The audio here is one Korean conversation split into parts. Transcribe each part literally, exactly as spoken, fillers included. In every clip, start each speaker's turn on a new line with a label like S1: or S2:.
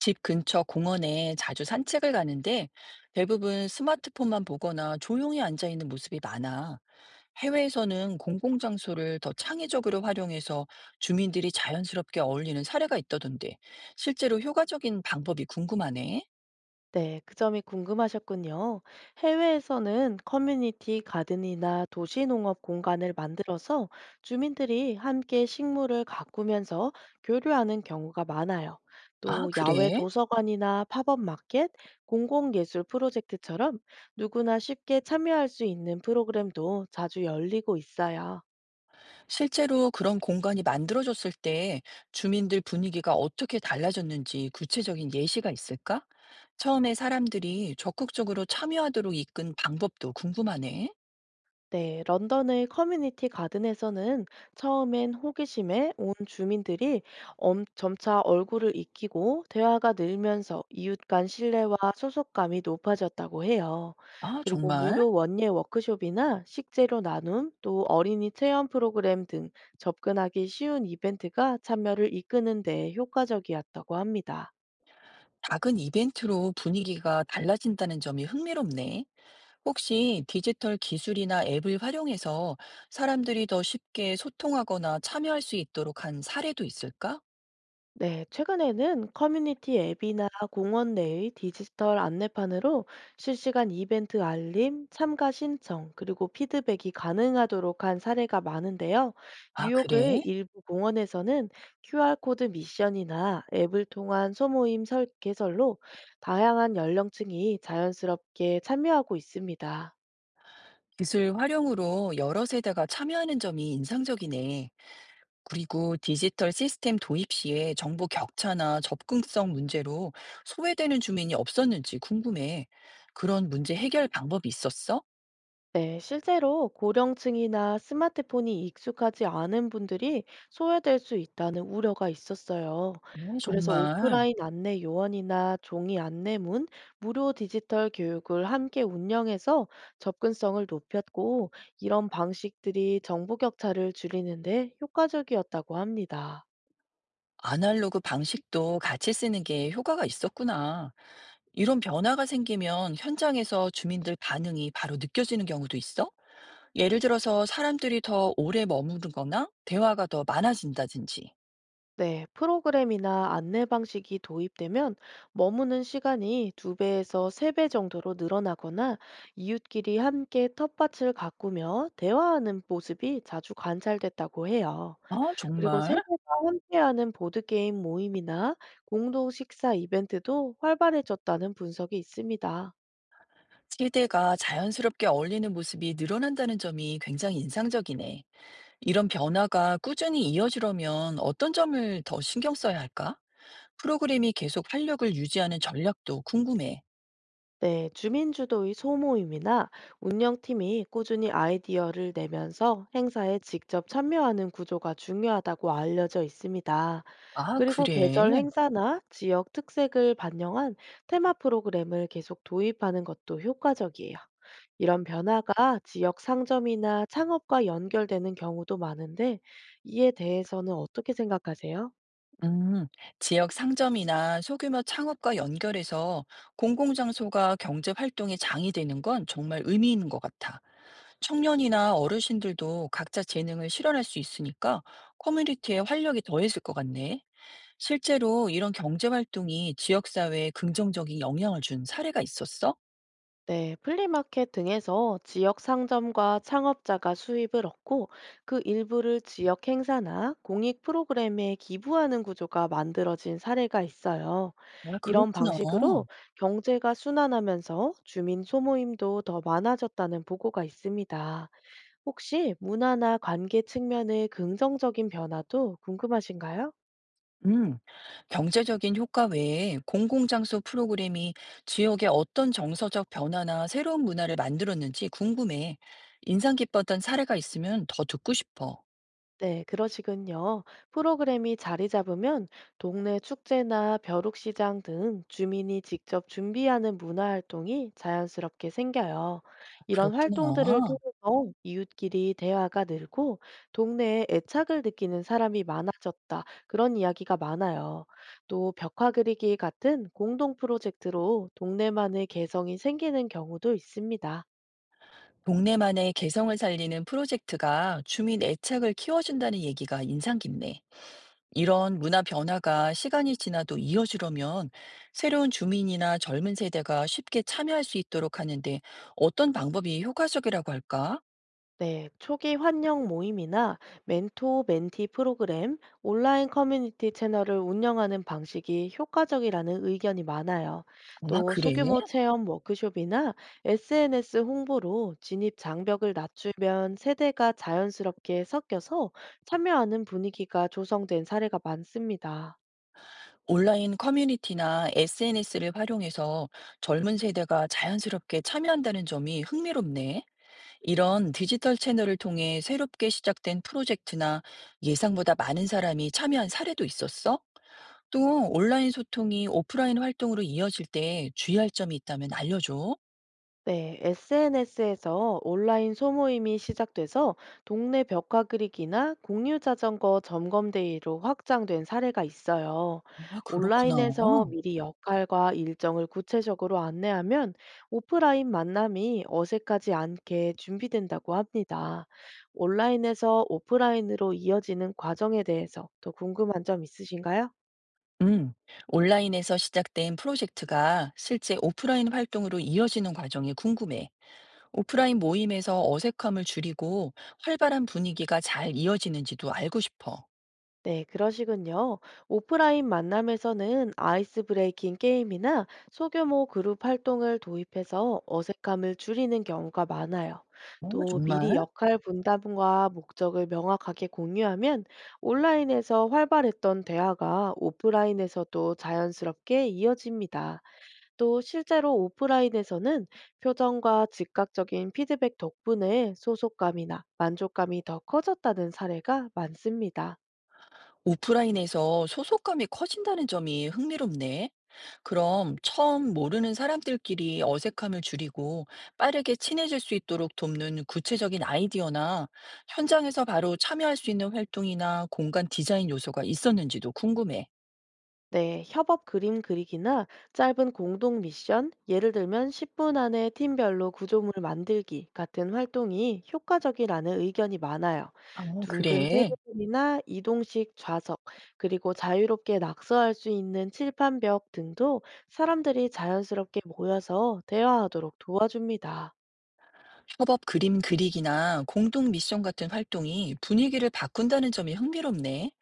S1: 집 근처 공원에 자주 산책을 가는데 대부분 스마트폰만 보거나 조용히 앉아 있는 모습이 많아. 해외에서는 공공장소를 더 창의적으로 활용해서 주민들이 자연스럽게 어울리는 사례가 있다던데 실제로 효과적인 방법이 궁금하네.
S2: 네, 그 점이 궁금하셨군요. 해외에서는 커뮤니티 가든이나 도시 농업 공간을 만들어서 주민들이 함께 식물을 가꾸면서 교류하는 경우가 많아요.
S1: 아,
S2: 또 야외
S1: 그래?
S2: 도서관이나 팝업 마켓, 공공예술 프로젝트처럼 누구나 쉽게 참여할 수 있는 프로그램도 자주 열리고 있어요.
S1: 실제로 그런 공간이 만들어졌을 때 주민들 분위기가 어떻게 달라졌는지 구체적인 예시가 있을까? 처음에 사람들이 적극적으로 참여하도록 이끈 방법도 궁금하네.
S2: 네, 런던의 커뮤니티 가든에서는 처음엔 호기심에 온 주민들이 엄- 점차 얼굴을 익히고 대화가 늘면서 이웃 간 신뢰와 소속감이 높아졌다고 해요.
S1: 아,
S2: 그리고
S1: 정말?
S2: 무료 원예 워크숍이나 식재료 나눔, 또 어린이 체험 프로그램 등 접근하기 쉬운 이벤트가 참여를 이끄는 데 효과적이었다고 합니다.
S1: 작은 이벤트로 분위기가 달라진다는 점이 흥미롭네. 혹시 디지털 기술이나 앱을 활용해서 사람들이 더 쉽게 소통하거나 참여할 수 있도록 한 사례도 있을까?
S2: 네, 최근에는 커뮤니티 앱이나 공원 내의 디지털 안내판으로 실시간 이벤트 알림, 참가 신청, 그리고 피드백이 가능하도록 한 사례가 많은데요.
S1: 아,
S2: 뉴욕의
S1: 그래?
S2: 일부 공원에서는 큐알코드 미션이나 앱을 통한 소모임 설- 개설로 다양한 연령층이 자연스럽게 참여하고 있습니다.
S1: 기술 활용으로 여러 세대가 참여하는 점이 인상적이네. 그리고 디지털 시스템 도입 시에 정보 격차나 접근성 문제로 소외되는 주민이 없었는지 궁금해. 그런 문제 해결 방법이 있었어?
S2: 네, 실제로 고령층이나 스마트폰이 익숙하지 않은 분들이 소외될 수 있다는 우려가 있었어요.
S1: 오,
S2: 그래서
S1: 정말.
S2: 오프라인 안내 요원이나 종이 안내문, 무료 디지털 교육을 함께 운영해서 접근성을 높였고, 이런 방식들이 정보 격차를 줄이는데 효과적이었다고 합니다.
S1: 아날로그 방식도 같이 쓰는 게 효과가 있었구나. 이런 변화가 생기면 현장에서 주민들 반응이 바로 느껴지는 경우도 있어? 예를 들어서 사람들이 더 오래 머무르거나 대화가 더 많아진다든지.
S2: 네, 프로그램이나 안내 방식이 도입되면 머무는 시간이 두배에서세 배 정도로 늘어나거나 이웃끼리 함께 텃밭을 가꾸며 대화하는 모습이 자주 관찰됐다고 해요.
S1: 아,
S2: 그리고
S1: 정말?
S2: 세대가 함께하는 보드게임 모임이나 공동 식사 이벤트도 활발해졌다는 분석이 있습니다.
S1: 세대가 자연스럽게 어울리는 모습이 늘어난다는 점이 굉장히 인상적이네. 이런 변화가 꾸준히 이어지려면 어떤 점을 더 신경 써야 할까? 프로그램이 계속 활력을 유지하는 전략도 궁금해.
S2: 네, 주민주도의 소모임이나 운영팀이 꾸준히 아이디어를 내면서 행사에 직접 참여하는 구조가 중요하다고 알려져 있습니다.
S1: 아,
S2: 그리고 계절
S1: 그래.
S2: 행사나 지역 특색을 반영한 테마 프로그램을 계속 도입하는 것도 효과적이에요. 이런 변화가 지역 상점이나 창업과 연결되는 경우도 많은데, 이에 대해서는 어떻게 생각하세요?
S1: 음, 지역 상점이나 소규모 창업과 연결해서 공공장소가 경제 활동의 장이 되는 건 정말 의미 있는 것 같아. 청년이나 어르신들도 각자 재능을 실현할 수 있으니까 커뮤니티에 활력이 더해질 것 같네. 실제로 이런 경제 활동이 지역 사회에 긍정적인 영향을 준 사례가 있었어?
S2: 네, 플리마켓 등에서 지역 상점과 창업자가 수입을 얻고 그 일부를 지역 행사나 공익 프로그램에 기부하는 구조가 만들어진 사례가 있어요.
S1: 아,
S2: 이런
S1: 그렇구나.
S2: 방식으로 경제가 순환하면서 주민 소모임도 더 많아졌다는 보고가 있습니다. 혹시 문화나 관계 측면의 긍정적인 변화도 궁금하신가요?
S1: 음, 경제적인 효과 외에 공공장소 프로그램이 지역에 어떤 정서적 변화나 새로운 문화를 만들었는지 궁금해. 인상 깊었던 사례가 있으면 더 듣고 싶어.
S2: 네, 그러시군요. 프로그램이 자리 잡으면 동네 축제나 벼룩시장 등 주민이 직접 준비하는 문화활동이 자연스럽게 생겨요. 이런 활동들을
S1: 그렇구나.
S2: 통해서 이웃끼리 대화가 늘고 동네에 애착을 느끼는 사람이 많아졌다. 그런 이야기가 많아요. 또 벽화 그리기 같은 공동 프로젝트로 동네만의 개성이 생기는 경우도 있습니다.
S1: 동네만의 개성을 살리는 프로젝트가 주민 애착을 키워준다는 얘기가 인상 깊네. 이런 문화 변화가 시간이 지나도 이어지려면 새로운 주민이나 젊은 세대가 쉽게 참여할 수 있도록 하는데 어떤 방법이 효과적이라고 할까?
S2: 네, 초기 환영 모임이나 멘토 멘티 프로그램, 온라인 커뮤니티 채널을 운영하는 방식이 효과적이라는 의견이 많아요.
S1: 아,
S2: 또
S1: 그래?
S2: 소규모 체험 워크숍이나 에스엔에스 홍보로 진입 장벽을 낮추면 세대가 자연스럽게 섞여서 참여하는 분위기가 조성된 사례가 많습니다.
S1: 온라인 커뮤니티나 에스엔에스를 활용해서 젊은 세대가 자연스럽게 참여한다는 점이 흥미롭네. 이런 디지털 채널을 통해 새롭게 시작된 프로젝트나 예상보다 많은 사람이 참여한 사례도 있었어? 또 온라인 소통이 오프라인 활동으로 이어질 때 주의할 점이 있다면 알려줘.
S2: 네, 에스엔에스에서 온라인 소모임이 시작돼서 동네 벽화 그리기나 공유 자전거 점검 대회로 확장된 사례가 있어요.
S1: 아, 그렇구나.
S2: 온라인에서 미리 역할과 일정을 구체적으로 안내하면 오프라인 만남이 어색하지 않게 준비된다고 합니다. 온라인에서 오프라인으로 이어지는 과정에 대해서 더 궁금한 점 있으신가요?
S1: 음, 온라인에서 시작된 프로젝트가 실제 오프라인 활동으로 이어지는 과정이 궁금해. 오프라인 모임에서 어색함을 줄이고 활발한 분위기가 잘 이어지는지도 알고 싶어.
S2: 네, 그러시군요. 오프라인 만남에서는 아이스 브레이킹 게임이나 소규모 그룹 활동을 도입해서 어색함을 줄이는 경우가 많아요.
S1: 어,
S2: 또 미리
S1: 정말?
S2: 역할 분담과 목적을 명확하게 공유하면 온라인에서 활발했던 대화가 오프라인에서도 자연스럽게 이어집니다. 또 실제로 오프라인에서는 표정과 즉각적인 피드백 덕분에 소속감이나 만족감이 더 커졌다는 사례가 많습니다.
S1: 오프라인에서 소속감이 커진다는 점이 흥미롭네. 그럼 처음 모르는 사람들끼리 어색함을 줄이고 빠르게 친해질 수 있도록 돕는 구체적인 아이디어나 현장에서 바로 참여할 수 있는 활동이나 공간 디자인 요소가 있었는지도 궁금해.
S2: 네, 협업 그림 그리기나 짧은 공동 미션, 예를 들면 십 분 안에 팀별로 구조물 만들기 같은 활동이 효과적이라는 의견이 많아요.
S1: 아,
S2: 둥근
S1: 그래.
S2: 테이블이나 이동식 좌석, 그리고 자유롭게 낙서할 수 있는 칠판벽 등도 사람들이 자연스럽게 모여서 대화하도록 도와줍니다.
S1: 협업 그림 그리기나 공동 미션 같은 활동이 분위기를 바꾼다는 점이 흥미롭네.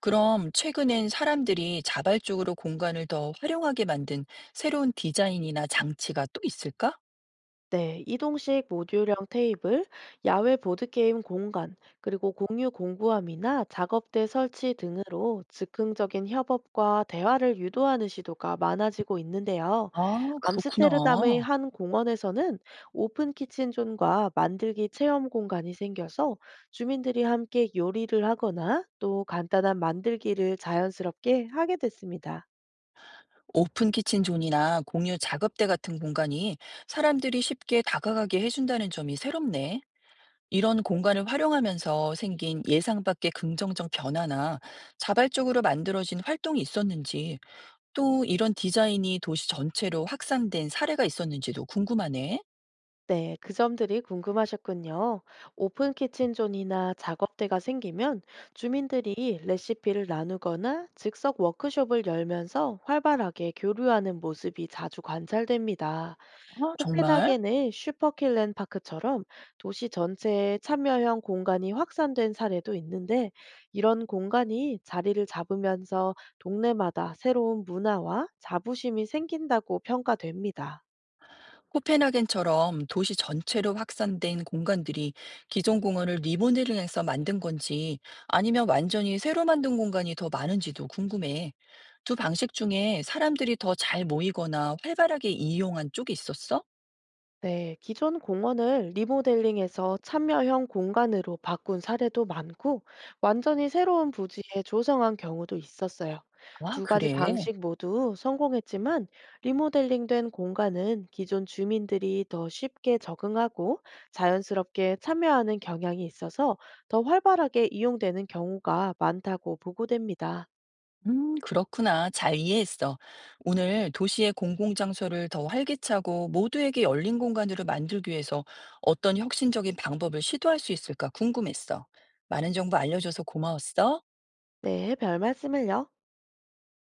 S1: 그럼 최근엔 사람들이 자발적으로 공간을 더 활용하게 만든 새로운 디자인이나 장치가 또 있을까?
S2: 네, 이동식 모듈형 테이블, 야외 보드게임 공간, 그리고 공유 공구함이나 작업대 설치 등으로 즉흥적인 협업과 대화를 유도하는 시도가 많아지고 있는데요.
S1: 아,
S2: 암스테르담의
S1: 그렇구나.
S2: 한 공원에서는 오픈 키친존과 만들기 체험 공간이 생겨서 주민들이 함께 요리를 하거나 또 간단한 만들기를 자연스럽게 하게 됐습니다.
S1: 오픈 키친 존이나 공유 작업대 같은 공간이 사람들이 쉽게 다가가게 해준다는 점이 새롭네. 이런 공간을 활용하면서 생긴 예상 밖의 긍정적 변화나 자발적으로 만들어진 활동이 있었는지 또 이런 디자인이 도시 전체로 확산된 사례가 있었는지도 궁금하네.
S2: 네, 그 점들이 궁금하셨군요. 오픈 키친존이나 작업대가 생기면 주민들이 레시피를 나누거나 즉석 워크숍을 열면서 활발하게 교류하는 모습이 자주 관찰됩니다.
S1: 아, 정말?
S2: 코펜하겐의 슈퍼킬렌 파크처럼 도시 전체에 참여형 공간이 확산된 사례도 있는데 이런 공간이 자리를 잡으면서 동네마다 새로운 문화와 자부심이 생긴다고 평가됩니다.
S1: 코펜하겐처럼 도시 전체로 확산된 공간들이 기존 공원을 리모델링해서 만든 건지 아니면 완전히 새로 만든 공간이 더 많은지도 궁금해. 두 방식 중에 사람들이 더 잘 모이거나 활발하게 이용한 쪽이 있었어?
S2: 네, 기존 공원을 리모델링해서 참여형 공간으로 바꾼 사례도 많고, 완전히 새로운 부지에 조성한 경우도 있었어요.
S1: 아,
S2: 두 가지
S1: 그래.
S2: 방식 모두 성공했지만, 리모델링된 공간은 기존 주민들이 더 쉽게 적응하고 자연스럽게 참여하는 경향이 있어서 더 활발하게 이용되는 경우가 많다고 보고됩니다.
S1: 음, 그렇구나. 잘 이해했어. 오늘 도시의 공공장소를 더 활기차고 모두에게 열린 공간으로 만들기 위해서 어떤 혁신적인 방법을 시도할 수 있을까 궁금했어. 많은 정보 알려줘서 고마웠어.
S2: 네, 별 말씀을요.